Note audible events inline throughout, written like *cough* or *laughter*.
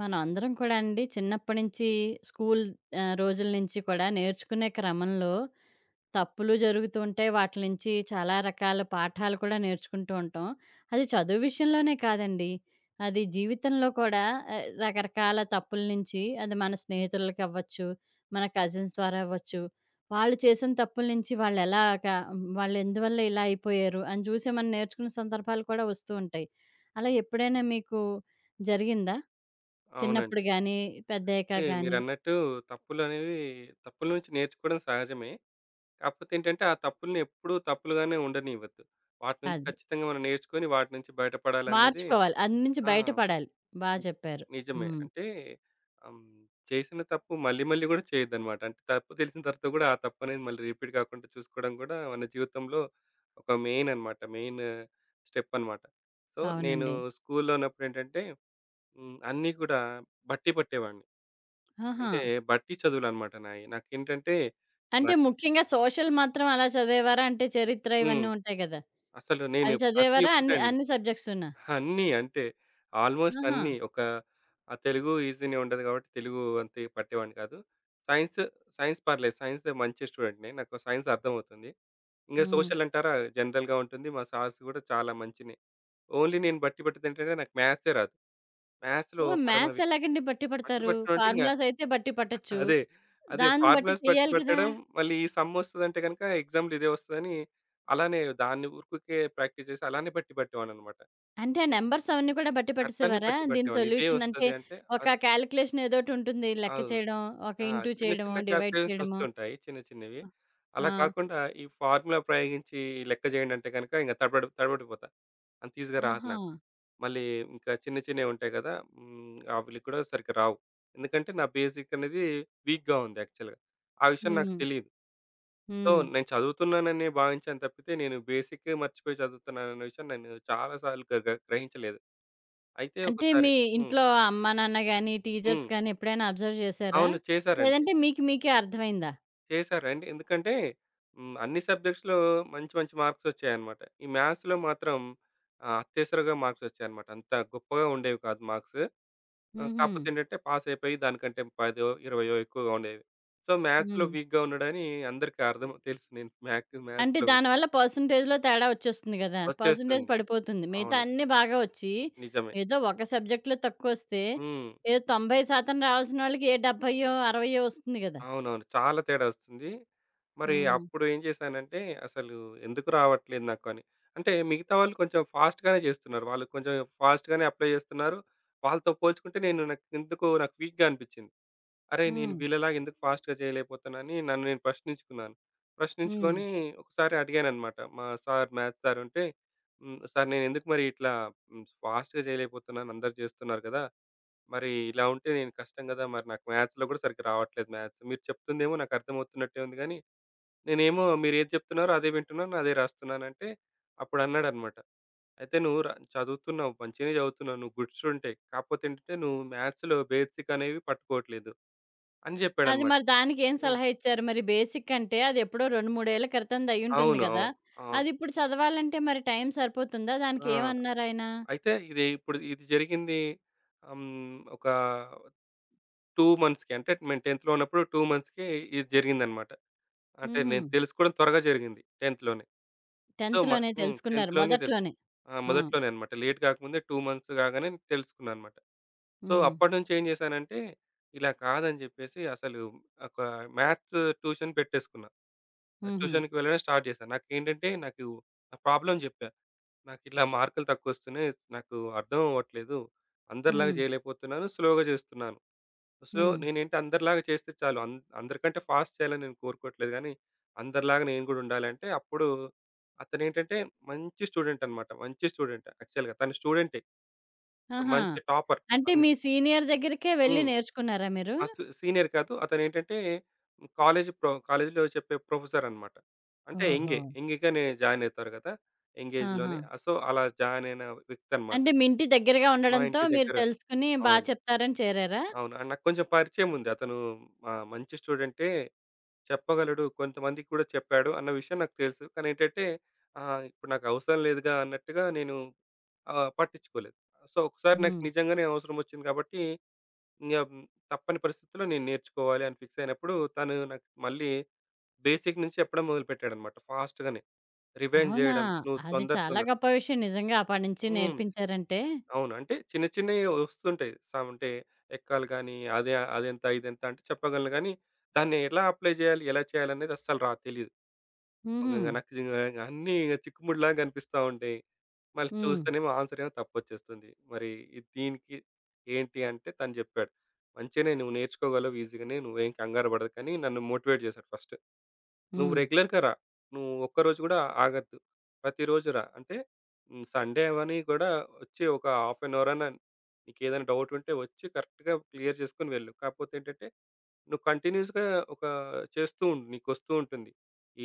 మనం అందరం కూడా అండి చిన్నప్పటి నుంచి స్కూల్ రోజుల నుంచి కూడా నేర్చుకునే క్రమంలో తప్పులు జరుగుతూ ఉంటాయి. వాటిల నుంచి చాలా రకాల పాఠాలు కూడా నేర్చుకుంటూ ఉంటాం. అది చదువు విషయంలోనే కాదండి. అది జీవితంలో కూడా రకరకాల తప్పుల నుంచి అది మన స్నేహితులకి అవ్వచ్చు, మన కజిన్స్ ద్వారా అవ్వచ్చు. వాళ్ళు చేసిన తప్పుల నుంచి వాళ్ళు ఎలాగా వాళ్ళు ఎందువల్ల ఇలా అయిపోయారు అని చూసి మనం నేర్చుకున్న సందర్భాలు కూడా వస్తూ ఉంటాయి. అలా ఎప్పుడైనా మీకు జరిగిందా? చిన్నప్పుడు అవునండి. గాని, అయితే పెద్దయ్యాక గాని. మీరన్నట్టు తప్పులనేవి తప్పుల నుంచి నేర్చుకోవడం సహజమే. కాకపోతే ఏంటంటే, ఆ తప్పుల్ని ఎప్పుడూ తప్పులుగానే ఉండనివ్వద్దు. వాటి నుంచి అది. ఖచ్చితంగా మనం నేర్చుకొని వాటి నుంచి బయటపడాలన్నది. మార్చుకోవాలి. అందు నుంచి ఆ! బయటపడాలి. బా చెప్పారు. నిజమే. హ్మ్. అంటే ఆహ్, హ్మ్, చేసిన తప్పు మళ్ళీ మళ్ళీ గూడా చేయొద్దనమాట. అంటే తప్పు తెలిసిన తర్వాత గూడా ఆ తప్పనేది మళ్ళీ రిపీట్ కాకుండా చూసుకోవడం గూడా మన జీవితంలో ఒక మెయిన్ అనమాట. మెయిన్ స్టెప్ అనమాట. సో, నేను అవునండి. స్కూల్‌లో ఉన్నప్పుడేంటంటే, అన్నీ కూడా బట్టి పట్టేవాడిని. ఆహా! అంటే బట్టి చదువులనమాట నాయి. నాకేంటంటే అంటే నాకు ముఖ్యంగా సోషల్ మాత్రం అలా చదివేవారా? అంటే చరిత్ర హ్మ్. ఇవన్నీ ఉంటాయి గదా! అసలు నేను అవి ప్రతి చదివేవారా? అన్ని ఒక్కటండి. అన్ని సబ్జెక్ట్సునా? అన్నీ అంటే ఆల్‌మోస్ట్ ఆహా! అన్నీ. ఒక ఆ తెలుగు ఈజీనే ఉంటది కాబట్టి తెలుగు అంతే పట్టేవాడిని కాదు. సైన్స్, సైన్స్ పర్లేదు. సైన్స్‌లో మంచి స్టూడెంట్‌నే. నాకు సైన్స్ అర్థమవుతుంది. ఇంక హ్మ్. సోషల్ అంటారా జనరల్‌గా ఉంటుంది. మా సార్స్ గూడా చాలా మంచినే. ఓన్లీ నేను బట్టి పట్టేదేంటంటే నాకు మ్యాథ్సే రాదు. మ్యాథ్స్‌లో ఓహ్! పరమ మ్యాథ్స్ విక్ ఎలాగండి బట్టి బట్టి పడతారు? పట్టడం అంటే ఫార్ములాస్ అయితే బట్టి పట్టొచ్చు. అదే. అదే. దాన్ని బట్టి ఫార్ములాస్ పట్టి చెయ్యాలి కదా! పట్టడం, మళ్ళీ ఈ సమ్మొస్తదంటే గనక ఎగ్జామ్‌లో ఇదే వస్తదని, అలానే దాన్ని ఊరుకుకే ప్రాక్టీస్ చేసి అలానే బట్టి పట్టేవాడిననమాట. అంటే ఆ నంబర్స్ అవన్నీ కూడా బట్టి అట్లనే పట్టేసేవారా? బట్టి దీని పట్టేవాడిని. ఇదే సొల్యూషన్ అంటే వస్తది అంటే అది ఒక కాలిక్యులేషన్ ఏదోటి ఉంటుంది. లెక్క అవును. చేయడం, ఒక ఆ! ఇంటూ చిన్న చేయడమో, చిన్న డివైడ్ క్యాలిక్యులేషన్స్ చేయడమో. వస్తుంటాయి. చిన్న చిన్నవి. అలా ఆ! కాకుండా ఈ ఫార్ములా ప్రయోగించి లెక్క చేయండి అంటే గనక ఇంక తడబడి తడబడిపోతా. అంత ఈజీగా రాదు ఆహా! నాకు. మళ్ళీ ఇంకా చిన్న చిన్నవి ఉంటాయి కదా! హ్మ్. అవి కూడా సరిగ్గా రావు. ఎందుకంటే నా బేసిక్ అనేది వీక్‌గా ఉంది యాక్చువల్‌గా. ఆ విషయం నాకు హ్మ్. తెలీదు. సో, హ్మ్. నేను చదువుతున్నాననే భావించాను తప్పితే, నేను బేసిక్ మర్చిపోయి చదువుతున్నాననే విషయం నేను చాలా సార్లు గ గ గ్రహించలేదు. అయితే అంటే ఒకసారి మీ హ్మ్. ఇంట్లో అమ్మా, నాన్న గాని, టీచర్స్ హ్మ్. గాని ఎప్పుడైనా అబ్జర్వ్ చేసారా? అవును. చేశారండి. లేదంటే మీకే అర్థమైందా? చేశారండి. ఎందుకంటే హ్మ్. అన్ని సబ్జెక్ట్స్‌లో మంచి మంచి మార్క్స్ వచ్చాయన్నమాట. ఈ మ్యాథ్స్‌లో మాత్రం అత్యవసరంగా మార్క్స్ వచ్చాయన్నమాట. అంత గొప్పగా ఉండేవి కాదు మార్క్స్. హుహు. కాకపోతే ఏంటంటే పాస్ అయిపోయి దానికంటే 10 20 ఎక్కువగా ఉండేవి. సో, మ్యాథ్స్‌లో హ్మ్. వీక్‌గా ఉన్నాడని అందరికీ అర్థం తెలుసు. నేను మ్యాక్ అంటే మ్యాథ్స్‌లో దానివల్ల పర్సెంటేజ్‌లో తేడా వచ్చేస్తుంది గదా! పర్సెంటేజ్ వచ్చేస్తుంది. పడిపోతుంది. మిగతా అవును. అన్నీ బాగా వచ్చి, నిజమే. ఏదో ఒక సబ్జెక్ట్‌లో తక్కువొస్తే, హ్మ్. ఏదో 90% రావాల్సిన వాళ్ళకి ఏ 70 60 వస్తుంది గదా! అవునవును. చాలా తేడా ఒస్తుంది. మరి హ్మ్. అప్పుడు ఏం చేశానంటే, అసలు ఎందుకు రావట్లేదు నాకు అని. అంటే మిగతా వాళ్ళు కొంచెం ఫాస్ట్‌గానే చేస్తున్నారు. వాళ్ళు కొంచెం ఫాస్ట్‌గానే అప్లై చేస్తున్నారు. వాళ్ళతో పోల్చుకుంటే నాకు ఎందుకో వీక్‌గా అనిపిచ్చింది. అరే! నేను హ్మ్. వీళ్ళలాగా ఎందుకు ఫాస్ట్‌గా చేయలేకపోతున్నానని నన్ను నేను ప్రశ్నించుకున్నాను. హ్మ్. ప్రశ్నించుకొని ఒకసారి అడిగాననమాట. మా సార్ మ్యాథ్స్ సార్ ఉంటే, హ్మ్. సార్ నేనెందుకు మరి ఇట్లా హ్మ్. ఫాస్ట్‌గా చేయలేకపోతున్నాను అందరూ చేస్తున్నారు కదా! మరి ఇలా ఉంటే నేను కష్టం గదా! మరి నాకు మ్యాథ్స్‌లో గూడా సరిగ్గా రావట్లేదు మ్యాథ్స్. మీరు చెప్తుందేమో నాకు అర్థమవుతున్నట్టే ఉంది గానీ, నేనేమో మీరేది చెప్తున్నారో అదే వింటున్నాను, అదే రాస్తున్నానంటే అప్పుడన్నాడనమాట. అయితే "నువ్వు ర చదువుతున్నావు, మంచిగానే చదువుతున్నావు, నువ్వు గుడ్ స్టూడెంటే. కాకపోతే ఏంటంటే నువ్వు మ్యాథ్స్‌లో బేసిక్ అనేవి పట్టుకోవట్లేదు" అని అది చెప్పాడనమాట. మరి దానికేం హ్మ్. సలహా ఇచ్చారు? మరి బేసిక్ అంటే అదెప్పుడో 2, 3 ఏళ్ల క్రితంది అయ్యుంటుంది అవును. గదా! అవును. అవును. అదిప్పుడు చదవాలంటే మరి టైం సరిపోతుందా? ఆ! దానికేమన్నారాయన? అయితే ఇది ఇప్పుడు జరిగింది హ్మ్. ఒక 2 మంత్స్‌కి అంటే నేను 10థ్‌లో ఉన్నప్పుడు 2 మంత్స్‌కి ఇది జరిగిందనమాట. అంటే హుహు. నేను తెలుసుకోవడం త్వరగా జరిగింది 10థ్ లోనే. సో, 10థ్ మ లోనే హ్మ్. తెలుసుకున్నారు 10థ్ లోనే తెలుసు. మొదట్లోనే. ఆ! ఆ! మొదట్లోనే అన్నమాట. లేట్ కాకముందే 2 మంత్స్ కాగానే తెలుసుకున్నా అన్నమాట. సో, హ్మ్. అప్పటినుంచి ఏం చేశానంటే, ఇలా కాదని చెప్పేసి అసలు ఒక మ్యాథ్స్ ట్యూషన్ పెట్టేసుకున్నా. ఆ హుహు. ట్యూషన్‌కి వెళ్ళడం స్టార్ట్ చేశాను. నాకేంటంటే నా ప్రాబ్లమ్ చెప్పా. నాకిట్లా మార్కులు తక్కువొస్తున్నాయి. నాకు అర్థం అవ్వట్లేదు. అందరిలాగా హ్మ్. చేయలేకపోతున్నాను. స్లోగా చేస్తున్నాను. సో, హ్మ్. నేనేంటి అందరిలాగా చేస్తే చాలు. అందరికంటే ఫాస్ట్ చేయాలని నేను కోరుకోవట్లేదు గానీ, అందరిలాగా నేను గూడా ఉండాలంటే, అప్పుడు అతనేంటంటే మంచి స్టూడెంట్ అన్నమాట. మంచి స్టూడెంట్ యాక్చువల్‌గా. తను స్టూడెంటే. ఆహా! మంచి టాపర్ అంటే మీ అన్నిట్లో. సీనియర్ దగ్గరికే వెళ్లి హ్మ్. నేర్చుకున్నారా మీరు? మస్తు సీనియర్ కాదు. అతనేంటంటే కాలేజీలో చెప్పే ప్రొఫెసర్ అన్నమాట. అంటే ఓహో! యంగే. యంగ్‌గానే జాయిన్ అవుతారు గదా! యంగ్ ఆహా! ఏజ్‌లోనే. సో, అలా జాయిన్ అయిన వ్యక్తి అన్నమాట. అంటే మీ ఇంటి దగ్గరగా మా ఉండడంతో ఇంటి మీరు దగ్గర తెలుసుకుని బా అవును. చెప్తారని చేరారా? అవును. అండ్ నాకు కొంచెం పరిచయం ఉంది. అతను మా మంచి స్టూడెంటే చెప్పగలడు. కొంతమందికి కూడా చెప్పాడు అన్న విషయం నాకు తెలుసు. కానీ ఏంటంటే ఇప్పుడు నాకు అవసరం లేదుగా అన్నట్టుగా నేను పట్టించుకోలేదు. సో, ఒకసారి నాకు హ్మ్. నిజంగానే అవసరం వచ్చింది కాబట్టి ఇంగ తప్పని పరిస్థితిలో నేను నేర్చుకోవాలి అని ఫిక్స్ అయినప్పుడు తను నాకు మళ్ళీ బేసిక్ నుంచి చెప్పడం మొదలుపెట్టాడన్నమాట ఫాస్ట్‌గానే. రివైండ్ అవునా! జేయడం నువ్వు అది తొందర చాలా తొందర గొప్ప విషయం నిజంగా అప్పటి నుంచి హ్మ్. నేర్పించారంటే. అవును. అంటే చిన్న చిన్నయి వస్తుంటాయి. సమ్ అంటే ఎక్కాలి గాని అదే అదెంత ఇదెంత అంటే చెప్పగలను గానీ దాన్ని ఎలా అప్లై జేయాలి? ఎలా చేయాలనేది అస్సలు తెలీదు. ఒక హుహు. ఇంక నాకు ఇంగ అన్నీ చిక్కుముడిలాగా కనిపిస్తా ఉంటాయి. మళ్ళీ హ్మ్. చూస్తేనేమో ఆన్సర్ ఏమో తప్పొచ్చేస్తుంది. మరి ఇది దీనికి ఏంటి అంటే తను చెప్పాడు. "మంచిగానే నువ్వు నేర్చుకోగలవు ఈజీగానే. నువ్వేం కంగారు పడకని" నన్ను మోటివేట్ చేశాడు ఫస్ట్. "నువ్వు హ్మ్. రెగ్యులర్‌గా రా. నువ్వు ఒక్కరోజు కూడా ఆగొద్దు. ప్రతిరోజు రా. అంటే సండే అవని కూడా వచ్చి ఒక హాఫ్ అన్ అవర్ అన్నా నీకేదైనా డౌట్ ఉంటే వచ్చి కరెక్ట్‌గా క్లియర్ చేసుకొని వెళ్ళు. కాకపోతే ఏంటంటే నువ్వు కంటిన్యూస్‌గా ఒక చేస్తూ ఉండు. నీకొస్తూ ఉంటుంది.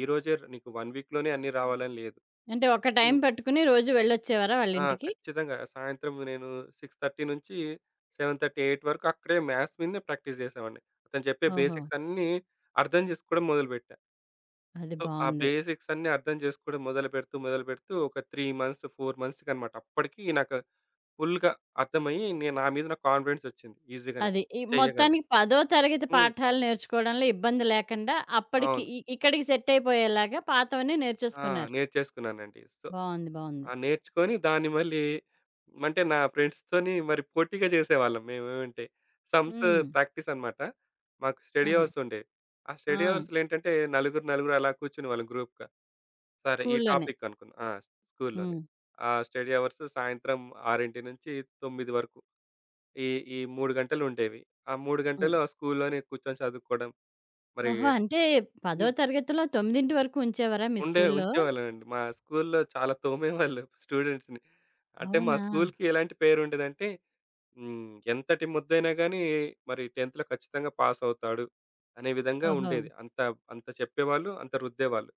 ఈరోజే నీకు 1 వీక్‌లోనే అన్నీ రావాలని లేదు." అంటే ఒక టైం హ్మ్. పెట్టుకుని రోజు వెళ్ళొచ్చేవారా ఆ! వాళ్ళింటికి? ఖచ్చితంగా. సాయంత్రం నేను 6:30 నుంచి 7:30, 8 వరకు అక్కడే మ్యాథ్స్ మీదనే ప్రాక్టీస్ చేసేవాడిని. అతను చెప్పే ఓహో! బేసిక్స్ అన్నీ అర్థం చేసుకోవడం మొదలుపెట్టా. అది సో, ఆ బావుంది. బేసిక్స్ అన్నీ అర్థం చేసుకోవడం మొదలుపెడుతూ, మొదలుపెడుతూ ఒక 3 మంత్స్, 4 మంత్స్‌కనమాట. అప్పటికి నాకు ఫుల్‌గా అర్థమయ్యి నేను నా మీద నాకు కాన్ఫిడెన్స్ వచ్చింది. ఈజీగానే. అది. ఈ చెయ్యగలను. మొత్తానికి పదో తరగతి హ్మ్. పాఠాలు నేర్చుకోవడంలో ఇబ్బంది లేకుండా అప్పటికి అవును. ఇక్కడికి సెట్ అయిపోయేలాగా పాతవన్నీ ఆ! నేర్చేసుకున్నారు. నేర్చేసుకున్నానండి. సో బావుంది. బావుంది. ఆ! నేర్చుకొని దాన్ని మళ్ళీ అంటే నా ఫ్రెండ్స్‌తోని మరి పోటీగా చేసేవాళ్ళం మేమేమంటే సమ్స్ హ్మ్. ప్రాక్టీస్ అన్నమాట. మాకు స్టడీ ఆహా! అవర్స్ ఉండేవి. ఆ ఆ! స్టడీ అవర్స్‌లో ఏంటంటే నలుగురు, నలుగురు అలా కూర్చునేవాళ్ళం గ్రూప్‌గా. సరే ఈ స్కూల్లోనే. టాపిక్ అనుకుందాం. ఆ! స్కూల్‌లోనే. హ్మ్. ఆ స్టడీ అవర్స్ సాయంత్రం 6 నుంచి 9 వరకు. ఈ ఈ 3 గంటలు ఉండేవి. ఆ 3 గంటలు హ్మ్. ఆ స్కూల్‌లోనే కూర్చొని చదువుకోవడం. మరి ఓహో! అంటే పదో హ్మ్. తరగతిలో 9 వరకు ఉంచేవారా మీ స్కూల్లో? ఉంచేవాళ్ళమండి. మా స్కూల్‌లో చాలా తోమేవాళ్ళు స్టూడెంట్స్‌ని. అంటే మా అవునా? స్కూల్‌కి ఎలాంటి పేరుండేదంటే హ్మ్. ఎంతటి మొద్దైనా గాని మరి 10థ్‌లో ఖచ్చితంగా పాస్ అవుతాడు అనే విధంగా ఓహో! ఉండేది. అంత అంత చెప్పేవాళ్ళు, అంత రుద్దేవాళ్ళు.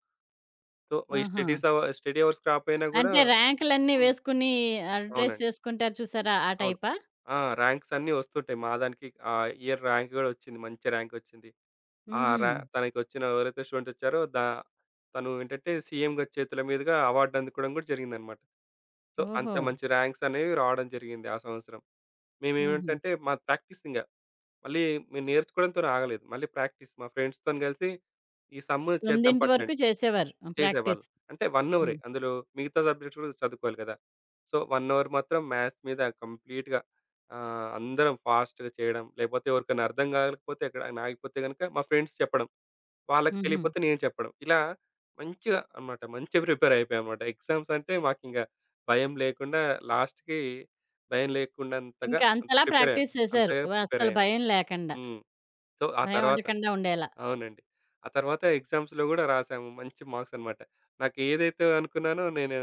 సో, ఈ ఆహా! స్టడీ అవర్స్ రాపోయినా గూడా అంటే ర్యాంకులన్నీ హ్మ్. వేసుకుని అడ్రస్ అవునండి. చేసుకుంటారు చూసారా? ఆ అవును. టైపా? ఆ! ర్యాంక్స్ అన్నీ వస్తుంటాయి. మా దానికి ఆ ఇయర్ ర్యాంక్ గూడా వచ్చింది. మంచి ర్యాంక్ వచ్చింది. ఆ హుహు. ర్యా తనకొచ్చిన ఎవరైతే స్టూడెంట్ వచ్చారో తను ఏంటంటే సీఎం గారి చేతుల మీదుగా అవార్డ్ అందుకోవడం గూడా జరిగిందన్నమాట. సో, అంత ఓహో! మంచి ర్యాంక్స్ అనేవి రావడం జరిగింది ఆ సంవత్సరం. హుహు. మేమేంటంటే మా ప్రాక్టీస్ ఇంగ. మళ్ళీ మేము నేర్చుకోవడంతోని ఆగలేదు. మళ్ళీ ప్రాక్టీస్ మా ఫ్రెండ్స్‌తోని కలిసి ఈ సమ్ చేద్దాం 9 వరకు పట్టండి చేసేవారు ఆ! చేసేవాళ్ళు. ప్రాక్టీస్. అంటే 1 అవరే. హ్మ్. అందులో మిగతా సబ్జెక్ట్స్ కూడా చదువుకోవాలి కదా! సో, 1 అవర్ మాత్రం మ్యాథ్స్ మీద కంప్లీట్‌గా అందరం ఫాస్ట్‌గా చేయడం. లేకపోతే ఎవరికైనా అర్థం కాకపోతే ఎక్కడైనా ఆగిపోతే గనుక మా ఫ్రెండ్స్ చెప్పడం. వాళ్ళకి హుహు. తెలియకపోతే నేను చెప్పడం. ఇలా మంచిగా అన్నమాట. మంచిగా ప్రిపేర్ అయిపోయామన్నమాట. ఎగ్జామ్స్ అంటే మాకింక భయం లేకుండా లాస్ట్‌కి భయం లేకుండంతగా ఇంకా అంత అంతలా ప్రిపేర్ అయ్యాం. ప్రాక్టీస్ చేశారు. అంతగా ప్రిపేర్ అస్సలు అయ్యాము. భయం లేకండా. హ్మ్. సో, ఆ భయం తర్వాత ఉండకండా ఉండేలా. అవునండి. ఆ తర్వాత ఎగ్జామ్స్‌లో గూడా రాసాము. మంచి మార్క్స్ అన్నమాట. నాకు ఏదైతే అనుకున్నానో నేను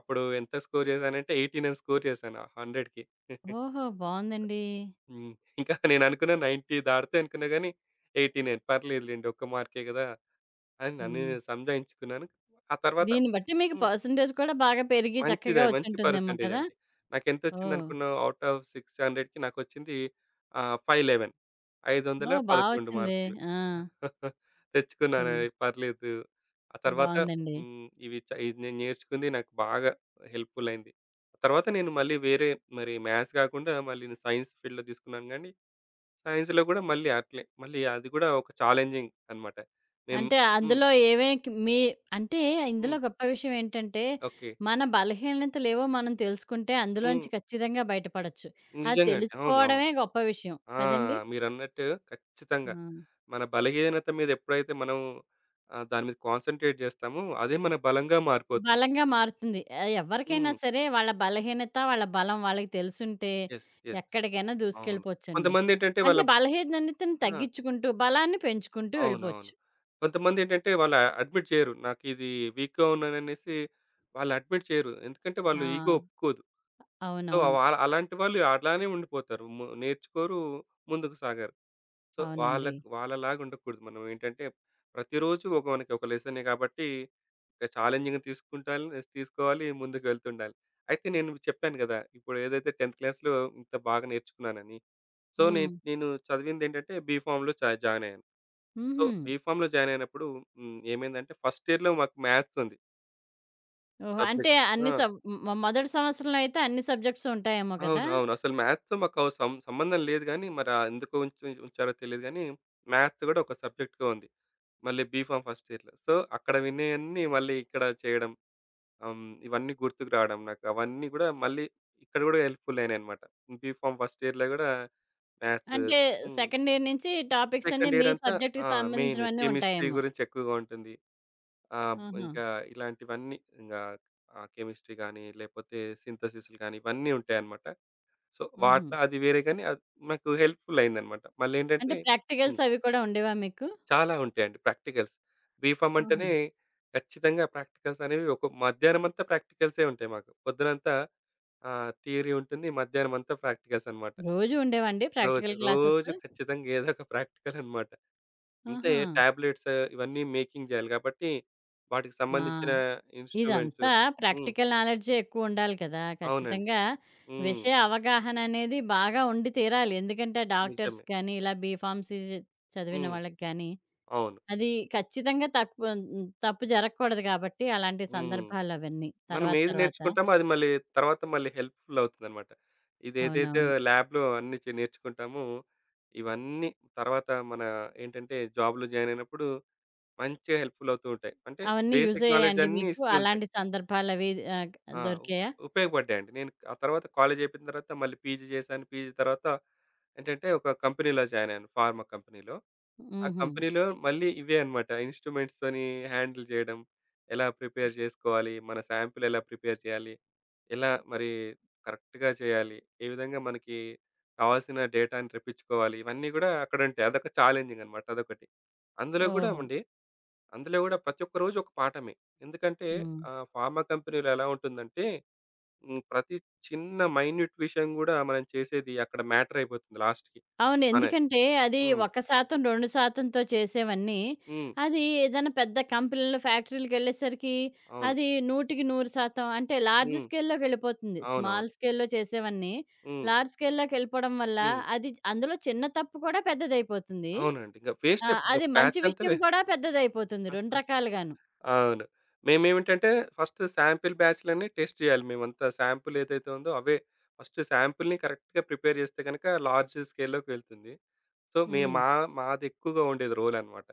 అప్పుడు ఎంత స్కోర్ చేశానంటే 80 నేను స్కోర్ చేశాను 100కి. హ్మ్. *laughs* ఓహో! బావుందండి. ఇంకా నేను అనుకున్న 90 దాటితే అనుకున్నా గానీ 80 పర్లేదులెండి. ఒక్క మార్కే గదా! అని నన్ను హ్మ్. నేను సంజాయించుకున్నాను. ఆ తర్వాత దీన్ని బట్టి మీకు హ్మ్. పర్సెంటేజ్ కూడా బాగా పెరిగి చక్కగా మంచిదే మంచి వచ్చుంటుందేమో పర్సెంటేజ్ కదా! అండి. ఓహ్! నాకెంతొచ్చిందనుకున్నావు? ఔట్ ఆఫ్ 600కి నాకొచ్చింది ఆహ్, 511 ఓహ్! బా 511 వచ్చింది. మార్కులు. ఆ! *laughs* తెచ్చుకున్నాను హ్మ్. పర్లేదు. ఆ తర్వాత బావుందండి. హ్మ్. ఇవి చ ఇది నేను నేర్చుకుంది నాకు బాగా హెల్ప్‌ఫుల్ అయింది. ఆ తర్వాత నేను మళ్ళీ వేరే మరి మ్యాథ్స్ కాకుండా మళ్ళీ నేను సైన్స్ ఫీల్డ్‌లో తీసుకున్నాను గానీ, సైన్స్‌లో కూడా మళ్ళీ అట్లే. మళ్ళీ అది కూడా ఒక ఛాలెంజింగ్ అన్నమాట. మేము అంటే హ్మ్. అందులో ఏమేం క్ మీ అంటే హ్మ్. ఇందులో గొప్ప విషయం ఏంటంటే, ఓకే. మన బలహీనతలేవో మనం తెలుసుకుంటే హ్మ్. అందులోంచి ఖచ్చితంగా బయటపడొచ్చు. అది నిజంగా అండి. అవును. అవును. తెలుసుకోవడమే గొప్ప విషయం ఆ! కదండీ! మీరన్నట్టు ఖచ్చితంగా. ఆ! మన బలహీనత మీద ఎప్పుడైతే మనం దాని మీద కాన్సంట్రేట్ జేస్తామో అదే మన బలంగా మారిపోతుంది. బలంగా మారుతుంది. ఎవరికైనా హ్మ్. సరే వాళ్ళ బలహీనత, వాళ్ళ బలం వాళ్ళకి తెలిసుంటే యెస్. యెస్. ఎక్కడికైనా అవును. దూసుకెళ్ళిపోవచ్చండి. కొంతమందేంటంటే అంటే వాళ్ళ బలహీనతను ఆ! తగ్గించుకుంటూ, బలాన్ని పెంచుకుంటూ అవునవును. వెళ్ళిపోవచ్చు. కొంతమందేంటంటే వాళ్ళు అడ్మిట్ చేయరు. నాకిది వీక్‌గా ఉన్నాననేసి వాళ్ళు అడ్మిట్ చేయరు. ఎందుకంటే వాళ్ళు ఆ! ఈగో ఒప్పుకోదు. సో, అవునవును. అలాంటి వాళ్ళు అలానే ఉండిపోతారు. నేర్చుకోరు, ముందుకు సాగరు. సో, అవునండి. వాళ్ళకు వాళ్ళలాగా ఉండకూడదు. మనం ఏంటంటే ప్రతిరోజు మనకి ఒక లెసనే కాబట్టి ఇక ఛాలెంజింగ్‌గా తీసుకోవాలి ముందుకు వెళ్తుండాలి. అయితే నేను చెప్పాను గదా! ఇప్పుడు ఏదైతే 10థ్ క్లాస్‌లో ఇంత బాగా నేర్చుకున్నానని. సో, హ్మ్. నేను నేను చదివిందేంటంటే బీఫామ్‌లో జాయిన్ అయ్యాను. సో, హుహు. బీఫామ్‌లో జాయిన్ అయినప్పుడు ఏమైందంటే ఫస్ట్ ఇయర్‌లో మాకు మ్యాథ్స్ ఉంది ఓహో! అంటే సబ్జెక్ట్. అన్ని ఆ! మ మొదటి సంవత్సరంలో అయితే అన్ని సబ్జెక్ట్స్ ఉంటాయేమో కదా! అవును. అవును. అసలు మ్యాథ్స్ మాకు అవ సం సంబంధం లేదు గానీ మరి ఆ ఎందుకు ఉంచ ఉంచారో తెలీదు గానీ మ్యాథ్స్ గూడా ఒక సబ్జెక్ట్‌గా ఉంది. మళ్ళీ బీఫామ్ ఫస్ట్ ఇయర్‌లో. సో, అక్కడ విన్నయన్నీ మళ్ళీ ఇక్కడ చేయడం. ఆహ్, ఇవన్నీ గుర్తుకు రావడం నాకు. అవన్నీ గూడా మళ్ళీ ఇక్కడ గూడా హెల్ప్‌ఫుల్ అయినాయన్నమాట. బీఫామ్ ఫస్ట్ ఇయర్‌లో గూడా మ్యాథ్స్ అంటే హ్మ్. సెకండ్ ఇయర్ నుంచి టాపిక్స్ అన్నీ సెకండ్ ఇయర్ మీ అంతా సబ్జెక్ట్‌కి ఆ! మెయిన్ సంబంధించినవన్నీ కెమిస్ట్రీ ఉంటాయేమో. గురించి ఎక్కువగా ఉంటుంది. ఆహా! ఇంకా ఇలాంటివన్నీ కెమిస్ట్రీ గానీ, లేపోతే సింథసిస్‌లు గానీ, ఇవన్నీ ఉంటాయన్నమాట. సో, హుహు. వాటిలో అది వేరే గానీ, అది నాకు హెల్ప్‌ఫుల్ అయిందన్నమాట. అంటే మళ్ళేంటంటే హ్మ్. ప్రాక్టికల్స్ అవి కూడా ఉండేవా మీకు? చాలా ఉంటాయండి ప్రాక్టికల్స్. బీఫార్మ్ ఆహా! అంటేనే ఖచ్చితంగా ప్రాక్టికల్స్ అనేవి ఒక మధ్యాహ్నం అంతా ప్రాక్టికల్సే ఉంటాయి మాకు. పొద్దునంతా థియరీ ఉంటుంది. మధ్యాహ్నం అంతా ప్రాక్టికల్స్ అన్నమాట. రోజూ ఉండేవా అండి రోజు, ప్రాక్టికల్ క్లాసెస్? రోజు ఖచ్చితంగా ఏదో ఒక ప్రాక్టికల్ అన్నమాట. అంటే ఆహా! టాబ్లెట్స్ ఇవన్నీ మేకింగ్ జేయాలి కాబట్టి వాటికి ఆ! సంబంధించిన ఇన్‌స్ట్రుమెంట్స్. ఇదంతా హ్మ్. ప్రాక్టికల్ నాలెడ్జే ఎక్కువుండాలి కదా! అవునండి. ఖచ్చితంగా హ్మ్. విషయ అవగాహన అనేది బాగా ఉండి తీరాలి. ఎందుకంటే డాక్టర్స్ నిజమే. కానీ, ఇలా బీఫార్మసీ చదివిన హ్మ్. వాళ్ళకి కానీ అవును. అది ఖచ్చితంగా తప్పు హ్మ్. తప్పు జరగకూడదు కాబట్టి అలాంటి హ్మ్. సందర్భాలవన్నీ. మనం తర్వాత ఏది తర్వాత. నేర్చుకుంటామో అది మళ్ళీ తర్వాత మళ్ళీ హెల్ప్‌ఫుల్ అవుతుందనమాట. ఇదేదైతే అవునవును. ల్యాబ్‌లో అన్నీ నేర్చుకుంటామో, ఇవన్నీ తర్వాత మన ఏంటంటే జాబ్‌లో జాయిన్ అయినప్పుడు మంచిగా హెల్ప్‌ఫుల్ అవుతూ ఉంటాయి. అంటే అవన్నీ యూజ్ బేసిక్ నాలెడ్జ్ అయ్యాయండి అన్నీ మీకు? ఇస్తూ ఉంటాయి. అలాంటి సందర్భాలవి ఆహ్, ఆ! దొరికాయా? ఉపయోగపడ్డాయండి. నేను ఆ తర్వాత కాలేజ్ అయిపోయిన తర్వాత మళ్ళీ పీజీ చేశాను. పీజీ తర్వాత ఏంటంటే ఒక కంపెనీలో జాయిన్ అయ్యాను. ఫార్మా కంపెనీలో. ఆ హుహు. కంపెనీలో మళ్ళీ ఇవే అన్నమాట. ఇన్‌స్ట్రుమెంట్స్‌తోని హ్యాండిల్ చేయడం, ఎలా ప్రిపేర్ చేసుకోవాలి, మన శాంపిల్ ఎలా ప్రిపేర్ చేయాలి, ఎలా మరి కరెక్ట్‌గా చేయాలి, ఏ విధంగా మనకి కావాల్సిన డేటాని రప్పించుకోవాలి, ఇవన్నీ గూడా అక్కడ ఉంటాయి. అదొక ఛాలెంజింగ్ అన్నమాట అదొకటి. అందులో గూడా ఓహో! అండి, అందులో గూడా ప్రతి ఒక్క రోజు ఒక పాఠమే. ఎందుకంటే హ్మ్. ఫార్మా కంపెనీలో ఎలా ఉంటుందంటే ప్రతి చిన్న మైన్యూట్ విషయం గూడా మనం చేసేది అక్కడ మ్యాటర్ అయిపోతుంది లాస్ట్‌కి. అవును. మన ఎందుకంటే అది హ్మ్. 1% 2%తో చేసేవన్నీ, హ్మ్. అది ఏదైనా పెద్ద కంపెనీలు, ఫ్యాక్టరీలకెళ్ళేసరికి అవును. అది 100కి 100% అంటే లార్జ్ హ్మ్. స్కేల్‌లోకెళ్ళిపోతుంది. అవునవును. స్మాల్ స్కేల్‌లో చేసేవన్నీ హ్మ్. లార్జ్ స్కేల్‌లోకెళ్ళిపోవడం వల్ల హ్మ్. అది అందులో చిన్న తప్పు కూడా పెద్దదైపోతుంది. అవునండి. ఇంక వేస్ట్ ఆ! అయిపోతుంది. అది ఒక మంచి బ్యాచ్ అంతా విషయం కూడా పెద్దదైపోతుంది 2 *laughs* రకాలుగాను. అవును. మేమేమిటంటే ఫస్ట్ శాంపిల్ బ్యాచ్‌లన్నీ టెస్ట్ చేయాలి. మేమంతా శాంపిల్ ఏదైతే ఉందో అవే ఫస్ట్ శాంపిల్‌ని కరెక్ట్‌గా ప్రిపేర్ చేస్తే గనక లార్జ్ స్కేల్‌లోకి వెళ్తుంది. సో, మే హ్మ్. మా మాది ఎక్కువగా ఉండేది రోలనమాట.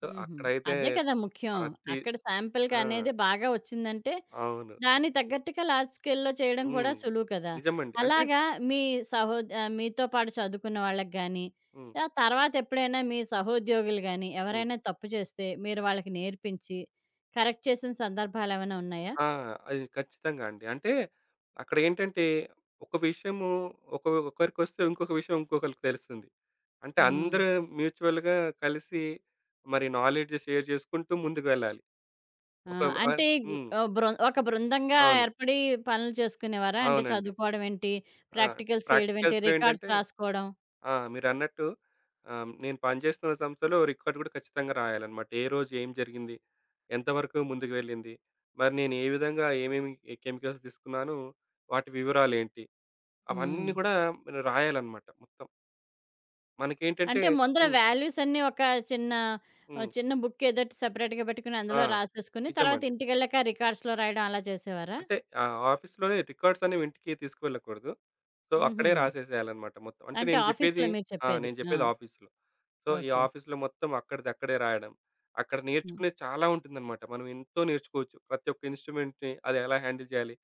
సో, హుహు. అక్కడైతే అదే కదా ముఖ్యం. ప్రతి అక్కడ ఆ! శాంపిల్‌కనేది బాగా వచ్చిందంటే అవును. దానికి తగ్గట్టుగా లార్జ్ స్కేల్‌లో చేయడం కూడా హ్మ్. సులువు కదా! నిజమండి. అంటే అలాగా మీ మీతో పాటు చదువుకున్న వాళ్ళకి గాని, హ్మ్. ఆ తర్వాత ఎప్పుడైనా మీ సహోద్యోగులు గాని, హ్మ్. ఎవరైనా తప్పు చేస్తే మీరు వాళ్ళకి నేర్పించి, కరెక్ట్ చేసిన సందర్భాలేమైనా ఉన్నాయా? ఆ! అది ఖచ్చితంగా అండి. అంటే అక్కడ ఏంటంటే ఒక విషయము ఒక ఒకరికొస్తే ఇంకొక విషయం ఇంకొకరికి తెలుస్తుంది. అంటే హ్మ్. అందరూ మ్యూచువల్‌గా కలిసి మరి నాలెడ్జ్ షేర్ చేసుకుంటూ ముందుకు వెళ్ళాలి. ఆ! ఒక ఆహ్, అంటే ఈ గు హ్మ్. ఆహ్, బృ ఒక బృందంగా అవును. ఏర్పడి పనులు చేసుకునేవారా? అంటే అవునండి. చదువుకోవడం ఏంటి, ఆ! ప్రాక్టికల్స్ చేయడం ఏంటి, ప్రాక్టికల్స్‌లో రికార్డ్స్ ఏంటంటే రాసుకోవడం? ఆ! మీరన్నట్టు నేను పనిచేస్తున్న సంస్థలో రికార్డ్ కూడా ఖచ్చితంగా రాయాలన్నమాట. ఏ రోజు ఏం జరిగింది? ఎంతవరకు ముందుకు వెళ్ళింది? మరి నేను ఏ విధంగా ఏమేమి కెమికల్స్ తీసుకున్నాను? వాటి వివరాలేంటి? హ్మ్. అవన్నీ గూడా మనం రాయాలన్నమాట మొత్తం. మనకేంటంటే అంటే ముందర హ్మ్. వాల్యూస్ అన్నీ ఒక చిన్న హ్మ్. చిన్న బుక్ ఏదోటి సెపరేట్‌గా పెట్టుకొని ఆ! అందులో రాసేసుకొని, తర్వాత నిజమండి. ఇంటికెళ్ళాక రికార్డ్స్‌లో రాయడం అలా చేసేవారా? అంటే ఆఫీస్‌లోనే రికార్డ్స్ అనేవి ఇంటికి తీసుకువెళ్ళకూడదు. సో, హుహు. అక్కడే రాసేసేయాలన్నమాట మొత్తం. అంటే అంటే నేను జెప్పేది ఆఫీస్‌లో మీరు ఆ! చెప్పేది. నేను ఆ! జెప్పేది ఆఫీస్‌లో. సో, ఈ ఓకే. ఆఫీస్‌లో మొత్తం అక్కడిది అక్కడే రాయడం. అక్కడ హ్మ్. నేర్చుకునేది చాలా ఉంటుందన్నమాట. మనం ఎంతో నేర్చుకోవచ్చు. ప్రతి ఒక్క ఇన్‌స్ట్రుమెంట్‌ని అది ఎలా హ్యాండిల్ చేయాలి?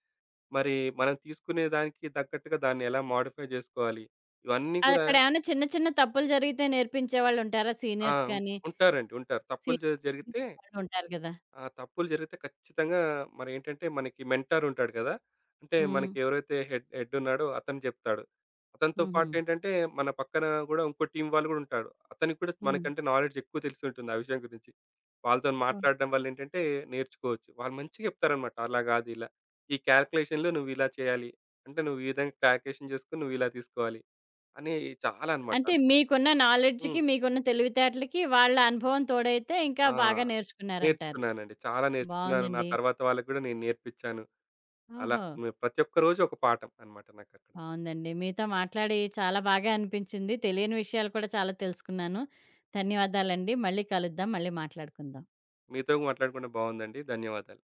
మరి మనం తీసుకునే దానికి తగ్గట్టుగా దాన్ని ఎలా మోడిఫై జేసుకోవాలి? ఇవన్నీ గూడా అక్కడేమన్నా చిన్న చిన్న తప్పులు జరిగితే నేర్పించేవాళ్ళుంటారా? ఆ! సీనియర్స్ కానీ, ఉంటారండి. ఉంటారు. తప్పులు సీనియర్ జరిగితే సైంటిస్ట్ వాళ్ళుంటారు కదా! ఆ తప్పులు జరిగితే ఖచ్చితంగా మరేంటంటే మనకి మెంటార్ ఉంటాడు కదా! అంటే హ్మ్. మనకి ఎవరైతే హెడ్ హెడ్ ఉన్నాడో అతను చెప్తాడు. అతనితో హుహు. పాటు ఏంటంటే మన పక్కన గూడా ఇంకో టీమ్ వాళ్ళు గూడా ఉంటాడు. అతనికి కూడా హ్మ్. మనకంటే నాలెడ్జ్ ఎక్కువ తెలిసి ఉంటుంది ఆ విషయం గురించి. వాళ్ళతోని ఓహ్! మాట్లాడడం వల్ల ఏంటంటే నేర్చుకోవచ్చు. వాళ్ళు మంచిగా చెప్తారనమాట. అలా గాదు ఇలా. ఈ క్యాలిక్యులేషన్‌లో నువ్వు ఇలా చేయాలి. అంటే నువ్వు ఈ విధంగా క్యాలిక్యులేషన్ చేసుకొని నువ్వు ఇలా తీసుకోవాలి అని చాలా అనమాట. అంటే మీకున్న హ్మ్. నాలెడ్జ్‌కి, మీకున్న తెలివితేటలకి వాళ్ళ అనుభవం తోడైతే ఇంకా ఆ! బాగా నేర్చుకున్నారంటారు. నేర్చుకున్నానండి. చాలా నేర్చుకున్నాను. నా బావుందండి. తర్వాత వాళ్ళకి గూడా నేను నేర్పించాను. అలా ఓహో! ప్రతి ఒక్క రోజు ఒక పాఠం అన్నమాట నాకక్కడ. బావుందండి. మీతో మాట్లాడి చాలా బాగా అనిపించింది. తెలియని విషయాలు కూడా చాలా తెలుసుకున్నాను. ధన్యవాదాలండి. మళ్ళీ కలుద్దాం. మళ్ళీ మాట్లాడుకుందాం. మీతో మాట్లాడుకుంటే బాగుందండి. ధన్యవాదాలు.